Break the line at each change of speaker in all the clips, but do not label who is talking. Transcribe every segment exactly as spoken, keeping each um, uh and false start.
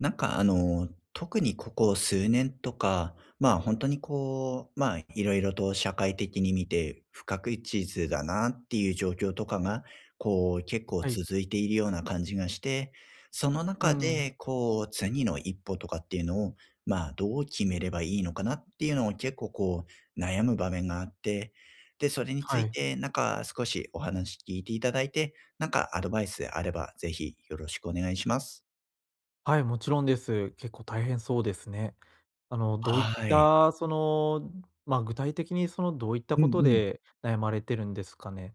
なんかあの、特にここ数年とか、まあ、本当にこう、まあ、色々と社会的に見て、不確実だなっていう状況とかが、こう、結構
はい。
続いているような感じがして、その
う
中
ん。
でこう、次の一歩とかっていうのを、まあ、どう決めればいいのかなっていうのを結構こう、悩む場面があって、で、それにつ
は
い
い。
てなんか少しお話聞いていただいて、なんかアドバイスあれば、ぜひよろしくお願いします。
はい、もちろんです。結構大変そうですね。あの、どういっ
はい。
た、その、まあ、具体的にその、どういった
うん
こと
うん。
で悩まれてるんですかね？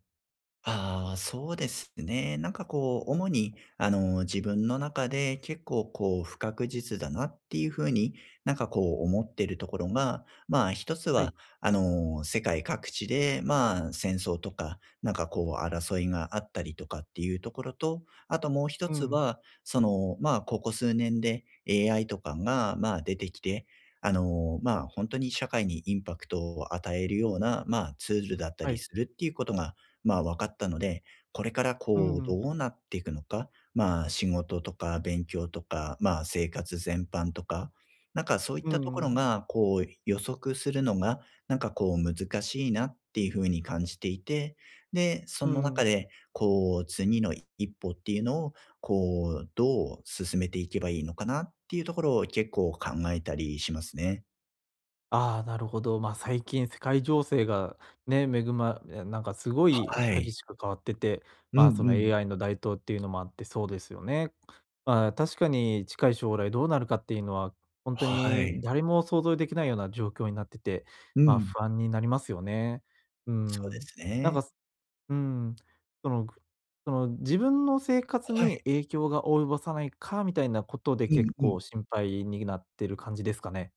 ああ、そうですね。なんかこう、主に、あの、自分の中で結構こう、不確実だなっていうふうに、なんかこう思ってるところが、まあ一つ
は
は、
い。
あの、世界各地で、まあ戦争とか、なんかこう争いがあったりとかっていうところと、あともう一
う
つ
ん。
は、その、まあここ数年で エーアイ とかが、まあ出てきて、あの、まあ、本当に社会にインパクトを与えるような、まあ、ツールだった
は
り
い。
するっていうことがまあ、分かったので、これから
う
こう、ど
ん。
うなっていくのか、まあ、仕事とか勉強とか、まあ、生活全般とか、なんかそういっ
う
たとこ
ん
ろ
うん。
が、こう、予測するのが、なんかこう、難しいなっていう風に感じていて、で、そ
う
の中
ん。
で、こう、次の一歩っていうのを、こう、どう進めていけばいいのかなっていうところを結構考えたりしますね。
ああ、なるほど。まあ、最近世界情勢がね、恵まえ、なんかすごい
は
激
い。
しく変わってて、
うん
まあ、そ
う
の
ん。
エーアイ の台頭っていうのもあってそうですよね。まあ、確かに近い将来どうなるかっていうのは、本当
は
に
い。
誰も想像できないような状況になってて、
う
まあ、
ん。
不安になりますよね。う
そうで
ん。
す
なん
ね。
か、うん、その、その自分の生活
はい。
に影響が及ぼさないかみたいなことで
うん
結
うん。
構心配になってる感じですかね？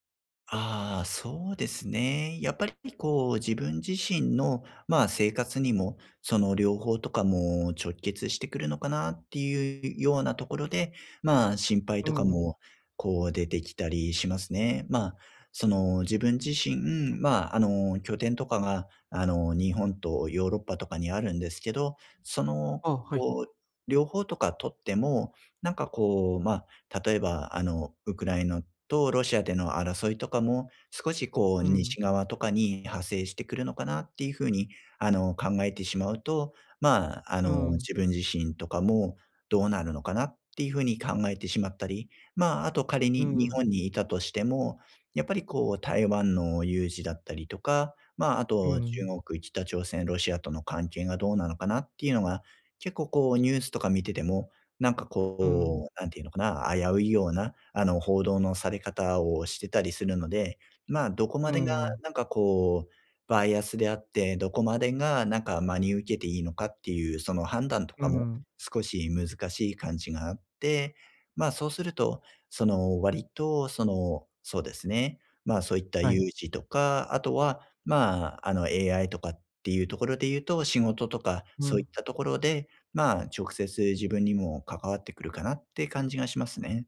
ああ、そうですね。やっぱりこう自分自身の、まあ、生活にも、その両方とかも直結してくるのかなっていうようなところで、まあ、心配
う
とか
ん。
もこう出てきたりしますね。まあ、その自分自身、まあ、あの、拠点とかが、あの、日本とヨーロッパとかにあるんですけど、その、
あ、はい。
こう、両方とか取っても、なんかこう、まあ、例えば、あの、ウクライナとロシアでの争いとかも、少しこう、
うん、
西側とかに派生してくるのかなっていう風に、あの、考えてしまうと、まあ、あ
う
の、
ん、
自分自身とかもどうなるのかなっていう風に考えてしまったり、まあ、あと仮
う
に日
ん、
本にいたとしても、やっぱりこう、台湾の有事だったりとか、まあ、あ
う
と中
ん、
国、北朝鮮、ロシアとの関係がどうなのかなっていうのが、結構こうニュースとか見ててもなんか
うん、
こう、なんていうのかな、危ういような、あの、報道のされ方をしてたりするので、まあ、どこま
う
でが
ん、
なんかこう、バイアスであって、どこまでがなんか真に受けていいのかっていう、その判断と
う
かも
ん。
少し難しい感じがあって、まあ、そうすると、その、割と、その、そうですね、まあ、そういった
はい。
有事とか、あとは、まあ、あの、エーアイ とかっていうところで言うと、仕事とか
う
そういっ
ん。
たところでまあ、直接自分にも関わってくるかなって感じがしますね。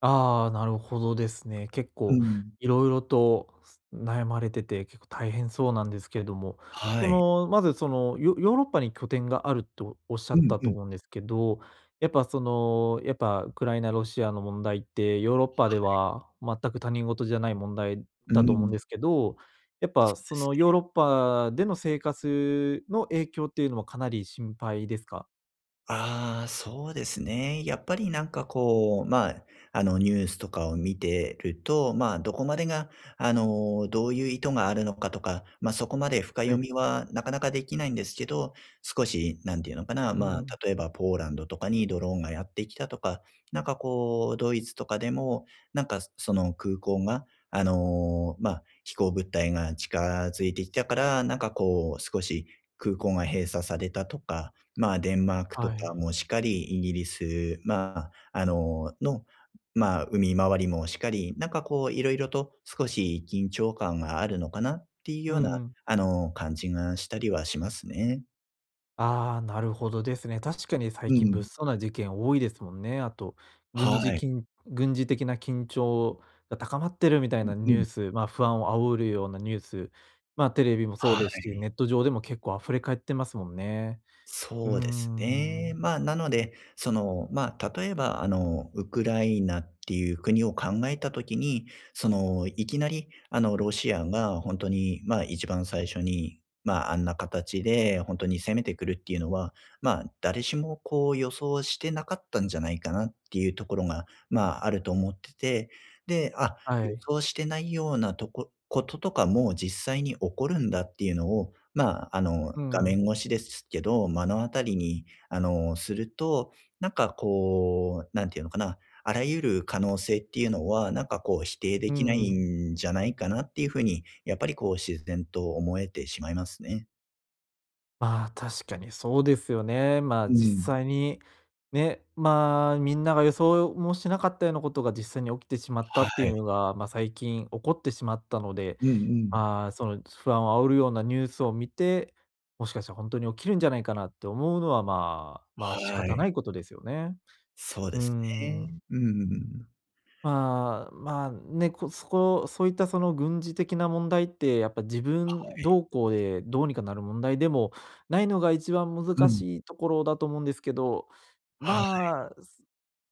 ああ、なるほどですね。結
う
構
ん。
いろいろと悩まれてて、結構大変そうなんですけれども、
は
そ
い。
の、まず、その、ヨヨーロッパに拠点があるとおっしゃ
う
っ
ん
た
う
と
ん。
思うんですけど、やっぱ、その、やっぱウクライナ、ロシアの問題って、ヨーロッパでは全く他人事じゃない問題
う
だと思うん
ん、
ですけど、やっ
そ
ぱ、
うで
そ
すね。
の、ヨーロッパでの生活の影響っていうのはかなり心配ですか？
ああ、そうですね。やっぱりなんかこう、まあ、あのニュースとかを見てると、まあ、どこまでが、あの、どういう意図があるのかとか、まあ、そこまで深
は
読
い。
みはなかなかできないんですけど、少しなんていうのかな、
う
まあ、
ん、
例えばポーランドとかにドローンがやってきたとか、なんかこう、ドイツとかでも、なんかその空港が、あの、まあ、飛行物体が近づいてきたから、なんかこう、少し空港が閉鎖されたとか、まあ、デンマークと
は
か
い。
もしかり、イギリス、まあ、あの、の、まあ、海回りもしかり、なんかこういろいろと少し緊張感があるのかなっていう
う
ような、
ん、
あの、感じがしたりはしますね。
ああ、なるほどですね。確かに最
う
近物
ん。
騒な事件多いですもんね。あと、軍
は
事
い。
き軍事的な緊張が高まってるみたいな
う
ニュ
ん。
ース、まあ、不安を煽るようなニュース、まあ、テレビもそう
は
です
い。
し、ネット上でも結構溢れ返ってますもんね。うー
そうですね。
ん。
まあ、なので、その、まあ、例えば、あの、ウクライナっていう国を考えたときに、その、いきなり、あの、ロシアが本当に、まあ、一番最初に、まあ、あんな形で本当に攻めてくるっていうのは、まあ、誰しもこう予想してなかったんじゃないかなっていうところが、まあ、あると思ってて、で、あ、
は
予
い。
想してないようなとこ、こととかも実際に起こるんだっていうのを、まあ、あの、画面越しですけど、目の当たりに、あの、すると、なんかこう、なんていうのかな、あらゆる可能性っていうのは、なんかこう否定で
う
きな
ん
い
うん。
んじゃないかなっていうふうに、やっぱりこう自然と思えてしまいますね。
まあ、確かにそうですよね。まあ、
う
実
ん。
際に、ね、まあ、みんなが予想もしなかったようなことが実際に起きてしまった
は
ってい
い。
うのが、まあ、最近起こってしまったので、
うんうん。
まあ、その不安を煽るようなニュースを見て、もしかしたら本当に起きるんじゃないかなって思うのは、まあ、まあ仕
は
方
い。
ないことですよね。
そう
う
ですね。
ん。
うんうんうん。
まあ、まあ、ね、こそこそういったその軍事的な問題って、やっぱ自分同行でどうにかなる問題でもないのが一番
う
難
ん。
しいところだと思うんですけど、
はい。
まあ、す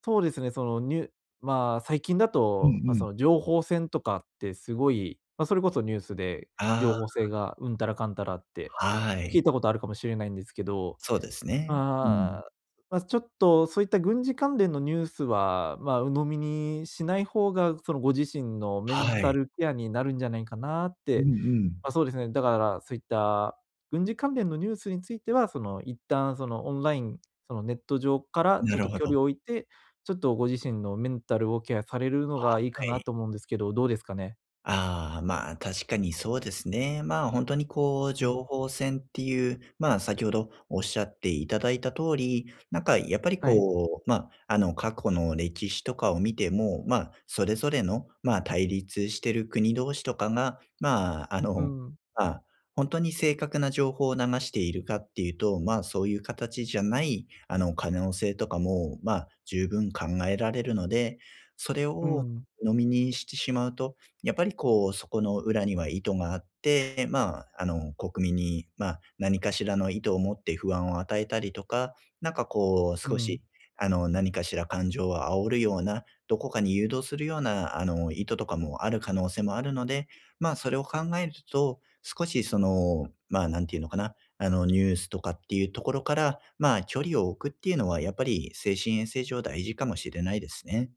そうですね、そのニュまあ、最近だ
うん
と、まあ、
う
そ
ん。
の情報戦とかってすごい、まあ、それこそニュースで情
あ
報性がうんたらかんたらって
あ、は
聞
い。
いたことあるかもしれないんですけど、
そうですね。うん。
ああ、まあ、ちょっとそういった軍事関連のニュースは、まあ、鵜呑みにしない方が、そのご自身のメン
は
タ
い。
ルケアになるんじゃないかなっ
うんう
て。
ん。
まあ、そうですね、だからそういった軍事関連のニュースについては、その一旦そのオンライン、そのネット上からち
な
ょっ
る
と
ほ
距
ど。は
離を置いて、ちょっとご自身のメンタルをケアされるのがいいかな
い。
と思うんですけど、どうですかね？
ああ、まあ、確かにそうですね。まあ、本当にこう、
う
情
ん、
報戦っていう、まあ、先ほどおっしゃっていただいた通り、なんかやっぱり
はい。
こう、ま、ああの、過去の歴史とかを見ても、ま、それぞれの、まあ、対立してる国同士とかが、まあ、あ
う
の、
ん、
ま、ほに正確な情報を流しているかっていうと、ま、そういう形じゃない、あの、可能性とかも、ま、十分考えられるので、それ
う
を
ん、
飲みにしてしまうと、やっぱりこう、そこの裏には意図があって、まあ、あの、国民に、まあ、何かしらの意図を持って不安を与えたりとか、なんかこう、
う
少
ん。
し、あの、何かしら感情を煽るような、どこかに誘導するような、あの、意図とかもある可能性もあるので、まあ、それを考えると、少しその、まあ、なんていうのかな、あの、ニュースとかっていうところから、まあ、距離を置くっていうのは、やっぱり精神衛生上大事かもしれないですね。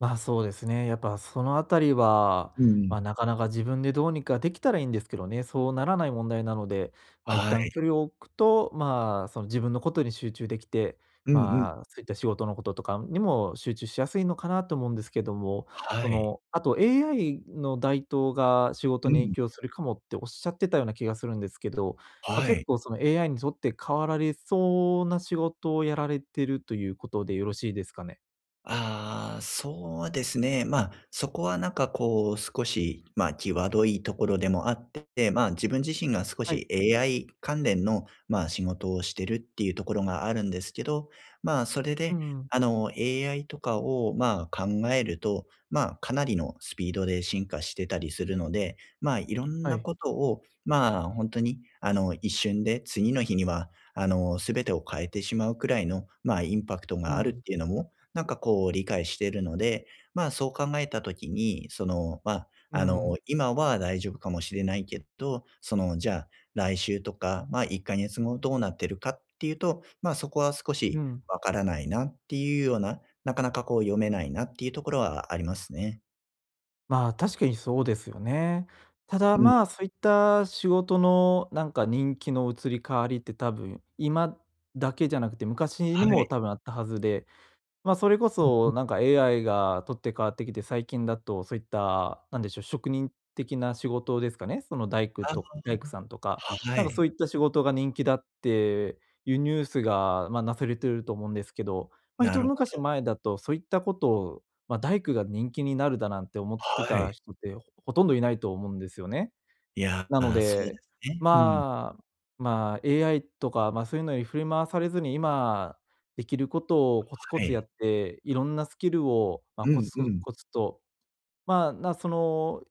まあ、そうですね。やっぱそのあたりは、
うん。
まあ、なかなか自分でどうにかできたらいいんですけどね、そうならない問題なので、まあ、一
は
旦
い。
距離を置くと、まあ、その自分のことに集中できて、
うんうん。
まあ、そういった仕事のこととかにも集中しやすいのかなと思うんですけども、
は
そ
い。
の、あと エーアイ の台頭が仕
う
事に影
ん。
響するかもっておっしゃってたような気がするんですけど、まあ、
は
結
い。
構その エーアイ にとって変わられそうな仕事をやられてるということでよろしいですかね？
ああ、そうですね。まあ、そこはなんかこう、少し、まあ、際どいところでもあって、まあ、自分自身が少
はい。
し エーアイ 関連の、まあ、仕事をしてるっていうところがあるんですけど、まあ、それ
う
で、
ん。
あの、エーアイ とかを、まあ、考えると、まあ、かなりのスピードで進化してたりするので、まあ、いろん
は
な
い。
ことを、まあ、本当に、あの、一瞬で、次の日には、あの、すべてを変えてしまうくらいの、まあ、インパクト
う
があるっ
ん、
ていうのも、なんかこう理解しているので、まあ、そう考えた時に、その、まあ、
う
あの、
ん、
今は大丈夫かもしれないけど、その、じゃあ、来週とか、ま、あいっかげつごどうなってるかっていうと、ま、そこは少
う
し
ん。
わからないなっていうような、なかなかこう読めないなっていうところはありますね。
まあ、確かにそうですよね。ただ、
うん、
まあ、そういった仕事のなんか人気の移り変わりって多分、今だけじゃなくて昔に
は
も
い。
多分あったはずで、まあ、それこ
うんう
そ
ん。
なんか エーアイ が取って代わってきて、最近だとそういった、なんでしょう、職人的な仕事ですかね、その大工と
あ、
大工さんとか、
は
なんか
い。
そういった仕事が人気だっていうニュースが、まあ、なされてると思うんですけど、まあ、
な
一
るほ
昔
ど。
前だとそういったことを、まあ、大工が人気になるだなんて思って
はい。
た人って、ほほとんどいないと思うんですよね。
いや、
なの
そう
で、
ですね。うん。
まあ、まあ、エーアイ とか、まあ、そういうのに振り回されずに、今できることをコツコ
は
ツや
い。
って、いろんなスキルを、まあ、
う
コ
ん
ツ
う
コツ
ん。
コツと、まあ、な、その、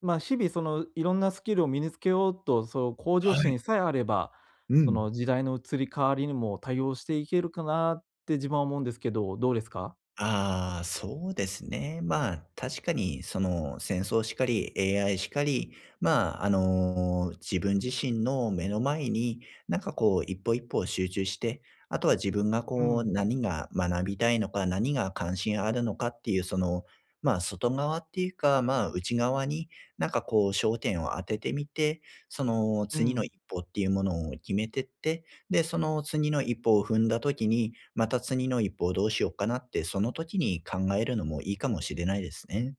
まあ、日々そのいろんなスキルを身につけようと、そう向上
はい。
心さえあれば、
う
そ
ん。
の時代の移り変わりにも対応していけるかなって自分は思うんですけど、どうですか？
ああ、そうですね。まあ、確かに、その、戦争しかり、エーアイ しかり、まあ、あの、自分自身の目の前に、なんかこう、一歩一歩集中して、あとは自分が
う
こう、
ん、
何が学びたいのか、何が関心あるのかっていう、その、まあ、外側っていうか、まあ、内側に、なんかこう、焦点を当ててみて、その、
う
次の
ん。
一歩っていうものを決めてって、で、その次の一歩を踏んだ時に、また次の一歩をどうしようかなって、その時に考えるのもいいかもしれないですね。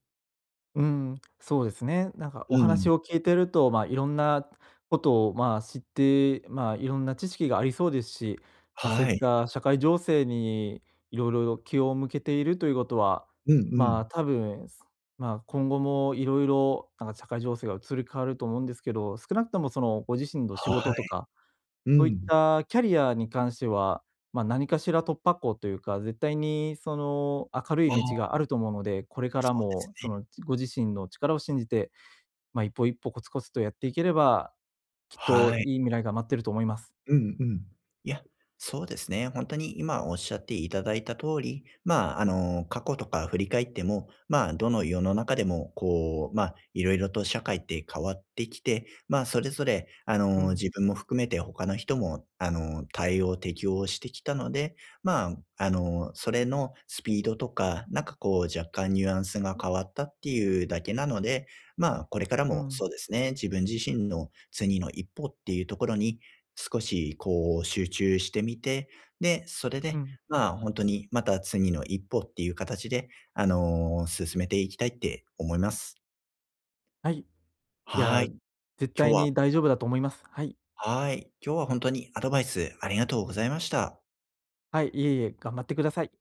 うん、そうですね。なんか
う
お
ん。
話を聞いてると、まあ、いろんなことを、まあ、知って、まあ、いろんな知識がありそうですし、まあ、そう
は
いっ
い。
た社会情勢にいろいろ気を向けているということは、
うんう
ま
ん。
あ、多分、まあ、今後もいろいろなんか社会情勢が移り変わると思うんですけど、少なくともそのご自身の仕
は
事と
い。
か
う
そういっ
ん。
たキャリアに関しては、まあ、何かしら突破口というか、絶対にその明る
あ
い道
あ、
があると思うので、これから
そうです
もそ
ね。
のご自身の力を信じて、まあ、一歩一歩コツコツとやっていければ、きっと
はい。
いい未来が待ってると思います。
うんうん。いや、そうですね。本当に今おっしゃっていただいた通り、まあ、あの、過去とか振り返っても、まあ、どの世の中でも、こう、まあ、いろいろと社会って変わってきて、まあ、それぞれ、あ
う
の、
ん、
自分も含めて他の人も、あの、対応、適応してきたので、まあ、あの、それのスピードとか、なんかこう、若干ニュアンスが変わったっていうだけなので、まあ、これから
う
も
ん、
そうですね、自分自身の次の一歩っていうところに少しこう集中してみて、で、それ
う
で、
ん。
まあ、本当にまた次の一歩っていう形で、あの、進めていきたいって思います。
はい。い
は
や、
い。
絶
今日
対
は
に大丈夫だと思います。はい。
はい、今日は本当にアドバイスありがとうございました。
はい、いえいえ、頑張ってください。